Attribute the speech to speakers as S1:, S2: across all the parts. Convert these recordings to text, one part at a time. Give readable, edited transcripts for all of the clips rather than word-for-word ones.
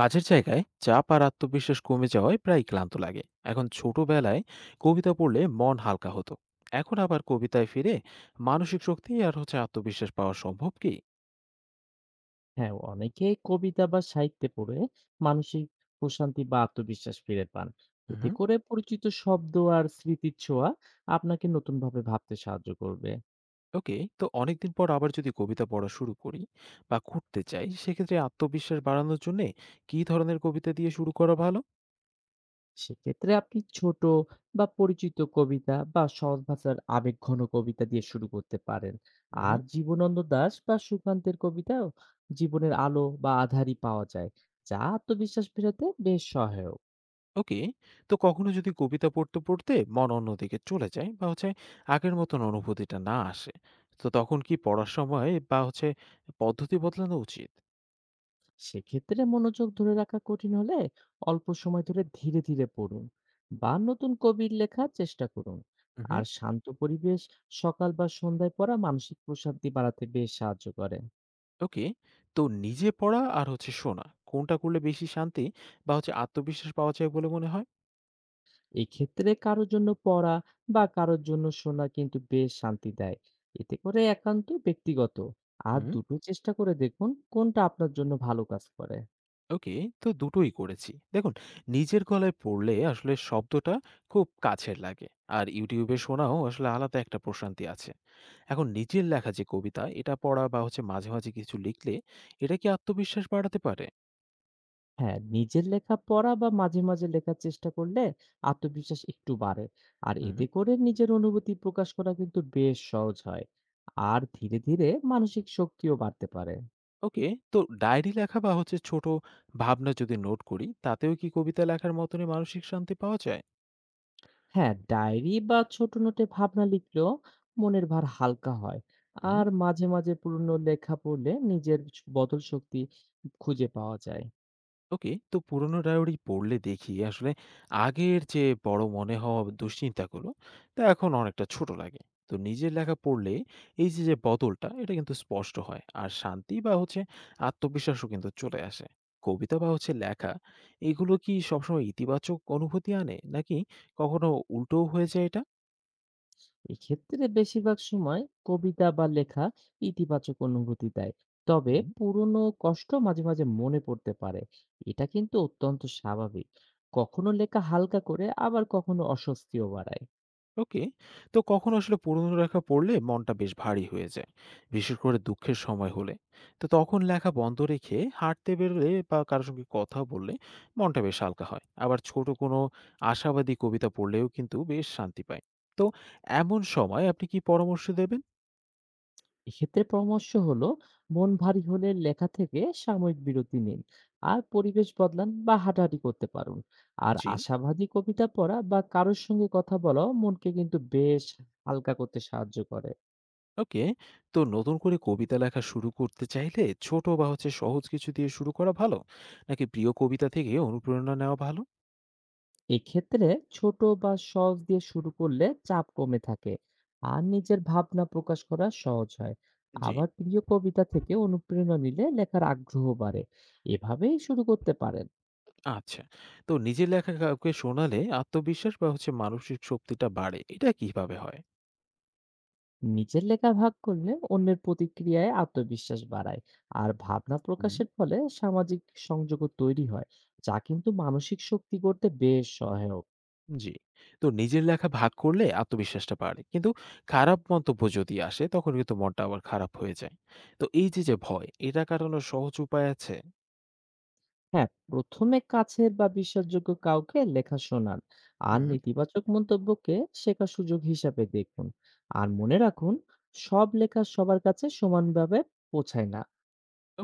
S1: কাজের জায়গায় চাপ আর আত্মবিশ্বাস কমে যাওয়ায় প্রায় ক্লান্ত লাগে। এখন ছোটবেলায় কবিতা পড়লে মন হালকা হতো। এখন আবার কবিতায় ফিরে মানসিক শক্তি আর আত্মবিশ্বাস পাওয়া সম্ভব কি?
S2: হ্যাঁ, অনেকেই কবিতা বা সাহিত্যে পড়ে মানসিক প্রশান্তি বা আত্মবিশ্বাস ফিরে পান। এতে
S1: হুম।
S2: করে পরিচিত শব্দ আর স্মৃতির ছোঁয়া আপনাকে নতুনভাবে ভাবতে সাহায্য করবে।
S1: ওকে, তো অনেকদিন পর আবার যদি কবিতা পড়া শুরু করি বা করতে চাই, সেক্ষেত্রে আত্মবিশ্বাস বাড়ানোর জন্য কী ধরনের কবিতা দিয়ে শুরু করা ভালো?
S2: সেক্ষেত্রে আপনি ছোট বা পরিচিত কবিতা বা সহজ ভাষার আবেগঘন কবিতা দিয়ে শুরু করতে পারেন।
S1: হুম।
S2: আর জীবনানন্দ দাশ বা সুকান্তের কবিতায়ও জীবনের আলো বা আঁধারি পাওয়া যায়, যা আত্মবিশ্বাস ফেরাতে বেশ সহায়ক।
S1: ওকে, তো কখনো যদি কবিতা পড়তে পড়তে মন অন্যদিকে চলে যায় বা আগের মতন অনুভূতিটা না আসে, তো তখন কি পড়ার সময় বা পদ্ধতি বদলানো উচিত?
S2: সেক্ষেত্রে মনোযোগ ধরে রাখা কঠিন হলে অল্প সময় ধরে ধীরে ধীরে পড়ুন বা নতুন কবির লেখার চেষ্টা করুন।
S1: হুম।
S2: আর শান্ত পরিবেশ, সকাল বা সন্ধ্যায় পড়া মানসিক প্রশান্তি বাড়াতে বেশ সাহায্য করে।
S1: ওকে, তো নিজে পড়া আর শোনা, কোনটা করলে বেশি শান্তি বা আত্মবিশ্বাস পাওয়া যায় বলে মনে হয়?
S2: এক্ষেত্রে কারোর জন্য পড়া বা কারোর জন্য শোনা কিন্তু বেশ শান্তি দেয়। এতে করে একান্ত ব্যক্তিগত আর
S1: হুম।
S2: দুটো চেষ্টা করে দেখুন কোনটা আপনার জন্য ভালো কাজ করে।
S1: ওকে, তো দুটোই করেছি। দেখুন, নিজের গলায় পড়লে আসলে শব্দটা খুব কাছের লাগে। আর YouTube এ শোনাও আসলে আলাদা একটা প্রশান্তি আছে। এখন নিজের লেখা যে কবিতা, এটা পড়া বা মাঝে, মাঝে কিছু লিখলে এটা কি আত্মবিশ্বাস বাড়াতে পারে?
S2: হ্যাঁ, নিজের লেখা পড়া বা মাঝে, মাঝে লেখার চেষ্টা করলে আত্মবিশ্বাস একটু বাড়ে। আর
S1: হুম।
S2: এতে করে নিজের অনুভূতি প্রকাশ করা কিন্তু বেশ সহজ হয়। আর ধীরে, ধীরে মানসিক শক্তিও বাড়তে পারে।
S1: ওকে, তো ডায়েরি লেখা বা ছোট ভাবনা যদি নোট করি, তাতেও কি কবিতা লেখার মতনই মানসিক শান্তি পাওয়া যায়?
S2: হ্যাঁ, ডায়েরি বা ছোট নোটে ভাবনা লিখলেও মনের ভার হালকা হয়।
S1: হুম।
S2: আর মাঝে, মাঝে পুরনো লেখা পড়লে নিজের স বদল শক্তি খুঁজে পাওয়া যায়।
S1: ওকে। তো পুরোনো ডায়রি পড়লে দেখি আসলে আগের যে বড় মনে হওয়া দুশ্চিন্তাগুলো তা এখন অনেকটা ছোট লাগে। তো নিজের লেখা পড়লে এই যে, যে বদলটা এটা কিন্তু স্পষ্ট হয়। আর শান্তি বা আত্মবিশ্বাসও কিন্তু চলে আসে। কবিতা বা লেখা, এগুলো কি সবসময় ইতিবাচক অনুভূতি আনে, নাকি কখনো উল্টোও হয়ে যায় এটা?
S2: এক্ষেত্রে বেশিরভাগ সময় কবিতা বা লেখা ইতিবাচক অনুভূতি দেয়, তবে
S1: হুম।
S2: পুরনো কষ্ট মাঝে মাঝে মনে পড়তে পারে। এটা কিন্তু অত্যন্ত স্বাভাবিক। কখনো লেখা হালকা করে আবার কখনো অস্বস্তিও বাড়ায়।
S1: ওকে, তো কখনো আসলে পুরনো লেখা পড়লে মনটা বেশ ভারী হয়ে যায়, বিশেষ করে দুঃখের সময় হলে। তো তখন লেখা বন্ধ রেখে হাঁটতে বেরোলে বা কারোর সঙ্গে কথা বললে মনটা বেশ হালকা হয়। আবার ছোট কোনো আশাবাদী কবিতা পড়লেও কিন্তু বেশ শান্তি পায়। তো এমন সময় আপনি কি পরামর্শ দেবেন?
S2: এক্ষেত্রে পরামর্শ হলো, মন ভারী হলে লেখা থেকে সাময়িক বিরতি নিন আর পরিবেশ বদলান বা হাঁটাহাঁটি করতে পারুন। আর
S1: জি।
S2: আশাবাদী কবিতা পড়া বা কারোর সঙ্গে কথা বলাও মনকে কিন্তু বেশ হালকা করতে সাহায্য করে।
S1: ওকে, তো নতুন করে কবিতা লেখা শুরু করতে চাইলে ছোট বা সহজ কিছু দিয়ে শুরু করা ভালো, নাকি প্রিয় কবিতা থেকে অনুপ্রেরণা নেওয়া ভালো?
S2: এক্ষেত্রে ছোট বা সহজ দিয়ে শুরু করলে চাপ কমে থাকে আর নিজের ভাবনা প্রকাশ করা সহজ হয়।
S1: জি।
S2: আবার প্রিয় কবিতা থেকে অনুপ্রেরণা নিলে লেখার আগ্রহ বাড়ে। এভাবেই শুরু করতে পারেন।
S1: আচ্ছা। তো নিজের লেখা কাউকে শোনালে আত্মবিশ্বাস বা মানসিক শক্তিটা বাড়ে। এটা কিভাবে হয়?
S2: নিজের লেখা ভাগ করলে অন্যের প্রতিক্রিয়ায় আত্মবিশ্বাস বাড়ায় আর ভাবনা
S1: হুম।
S2: প্রকাশের ফলে সামাজিক সংযোগও তৈরি হয়, যা কিন্তু মানসিক শক্তি করতে বেশ সহায়ক।
S1: জি। তো নিজের লেখা ভাগ করলে আত্মবিশ্বাসটা বাড়ে। কিন্তু খারাপ মন্তব্য যদি আসে তখন কিন্তু মনটা আবার খারাপ হয়ে যায়। তো এই যে, যে ভয় এটা কাটানোর সহজ উপায় আছে?
S2: হ্যাঁ, প্রথমে কাছের বা বিশ্বাসযোগ্য কাউকে লেখা শোনান। আর
S1: হুম।
S2: নেতিবাচক মন্তব্যকে শেখার সুযোগ হিসাবে দেখুন। আর মনে রাখুন, সব লেখা সবার কাছে সমানভাবে পৌঁছায় না।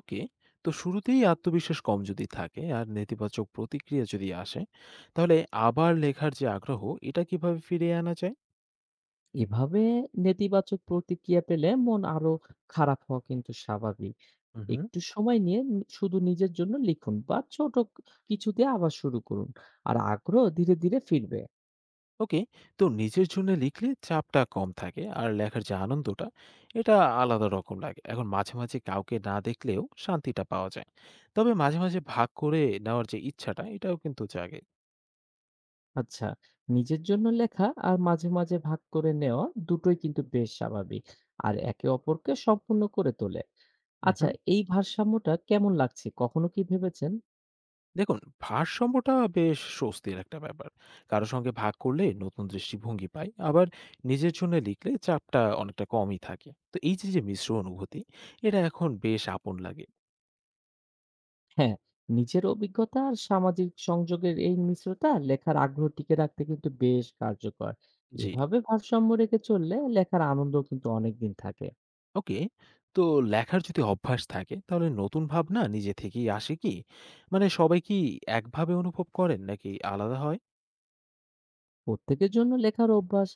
S1: ওকে। তো শুরুতেই আত্মবিশ্বাস কম যদি থাকে আর নেতিবাচক প্রতিক্রিয়া যদি আসে, তাহলে আবার লেখার যে আগ্রহ এটা কিভাবে ফিরিয়ে আনা যায়?
S2: এভাবে নেতিবাচক প্রতিক্রিয়া পেলে মন আরো খারাপ হওয়া কিন্তু স্বাভাবিক।
S1: উহু।
S2: একটু সময় নিয়ে শুধু নিজের জন্য লিখুন বা ছোট কিছু দিয়ে আবার শুরু করুন। আর আগ্রহ ধীরে ধীরে ফিরবে।
S1: ওকে, তো নিজের জন্য লিখলে চাপটা কম থাকে আর লেখার যে আনন্দটা এটা আলাদা রকম লাগে। এখন মাঝে মাঝে কাউকে না দেখলেও শান্তিটা পাওয়া যায়। তবে মাঝে মাঝে ভাগ করে নেওয়ার যে ইচ্ছাটা এটাও কিন্তু জাগে।
S2: আচ্ছা, নিজের জন্য লেখা আর মাঝে, মাঝে ভাগ করে নেওয়া দুটোই কিন্তু বেশ স্বাভাবিক। আর একে অপরকে সম্পূর্ণ করে তোলে।
S1: হুম
S2: আচ্ছা,
S1: হুম।
S2: এই ভারসাম্যটা কেমন লাগছে, কখনো কি ভেবেছেন?
S1: দেখুন, ভারসাম্যটা বেশ স্বস্তির একটা ব্যাপার। কারো সঙ্গে ভাগ করলে নতুন দৃষ্টিভঙ্গি পাই, আবার নিজের জন্য লিখলে চাপটা অনেকটা কমই থাকে। তো এই যে যে মিশ্র অনুভূতি এটা এখন বেশ আপন লাগে।
S2: হ্যাঁ, নিজের অভিজ্ঞতা আর সামাজিক সংযোগের এই মিশ্রতা লেখার আগ্রহ টিকে রাখতে কিন্তু বেশ কার্যকর।
S1: জি।
S2: এভাবে ভারসাম্য রেখে চললে লেখার আনন্দ কিন্তু অনেকদিন থাকে।
S1: ওকে। তো লেখার যদি অভ্যাস থাকে তাহলে নতুন ভাবনা নিজে থেকেই আসে কি? মানে সবাই কি একভাবে অনুভব করেন, নাকি আলাদা হয়?
S2: প্রত্যেকের জন্য লেখার অভ্যাস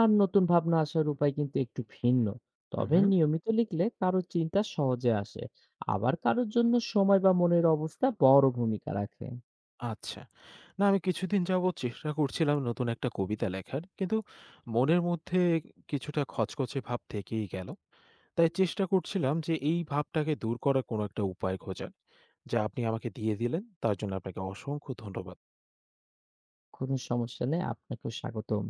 S2: আর নতুন ভাবনা আসার উপায় কিন্তু একটু ভিন্ন।
S1: হুম
S2: তবে
S1: হুম।
S2: নিয়মিত লিখলে কারো চিন্তা সহজে আসে, আবার কারোর জন্য সময় বা মনের অবস্থা বড় ভূমিকা রাখে।
S1: আচ্ছা। না, আমি কিছুদিন যাবৎ চেষ্টা করছিলাম নতুন একটা কবিতা লেখার। কিন্তু মনের মধ্যে কিছুটা খচখচে ভাব থেকেই গেল। তাই চেষ্টা করছিলাম যে এই ভাবটাকে দূর করার কোনো একটা উপায় খোঁজার। যা আপনি আমাকে দিয়ে দিলেন, তার জন্য আপনাকে অসংখ্য ধন্যবাদ।
S2: কোনো সমস্যা নেই, আপনাকেও স্বাগতম।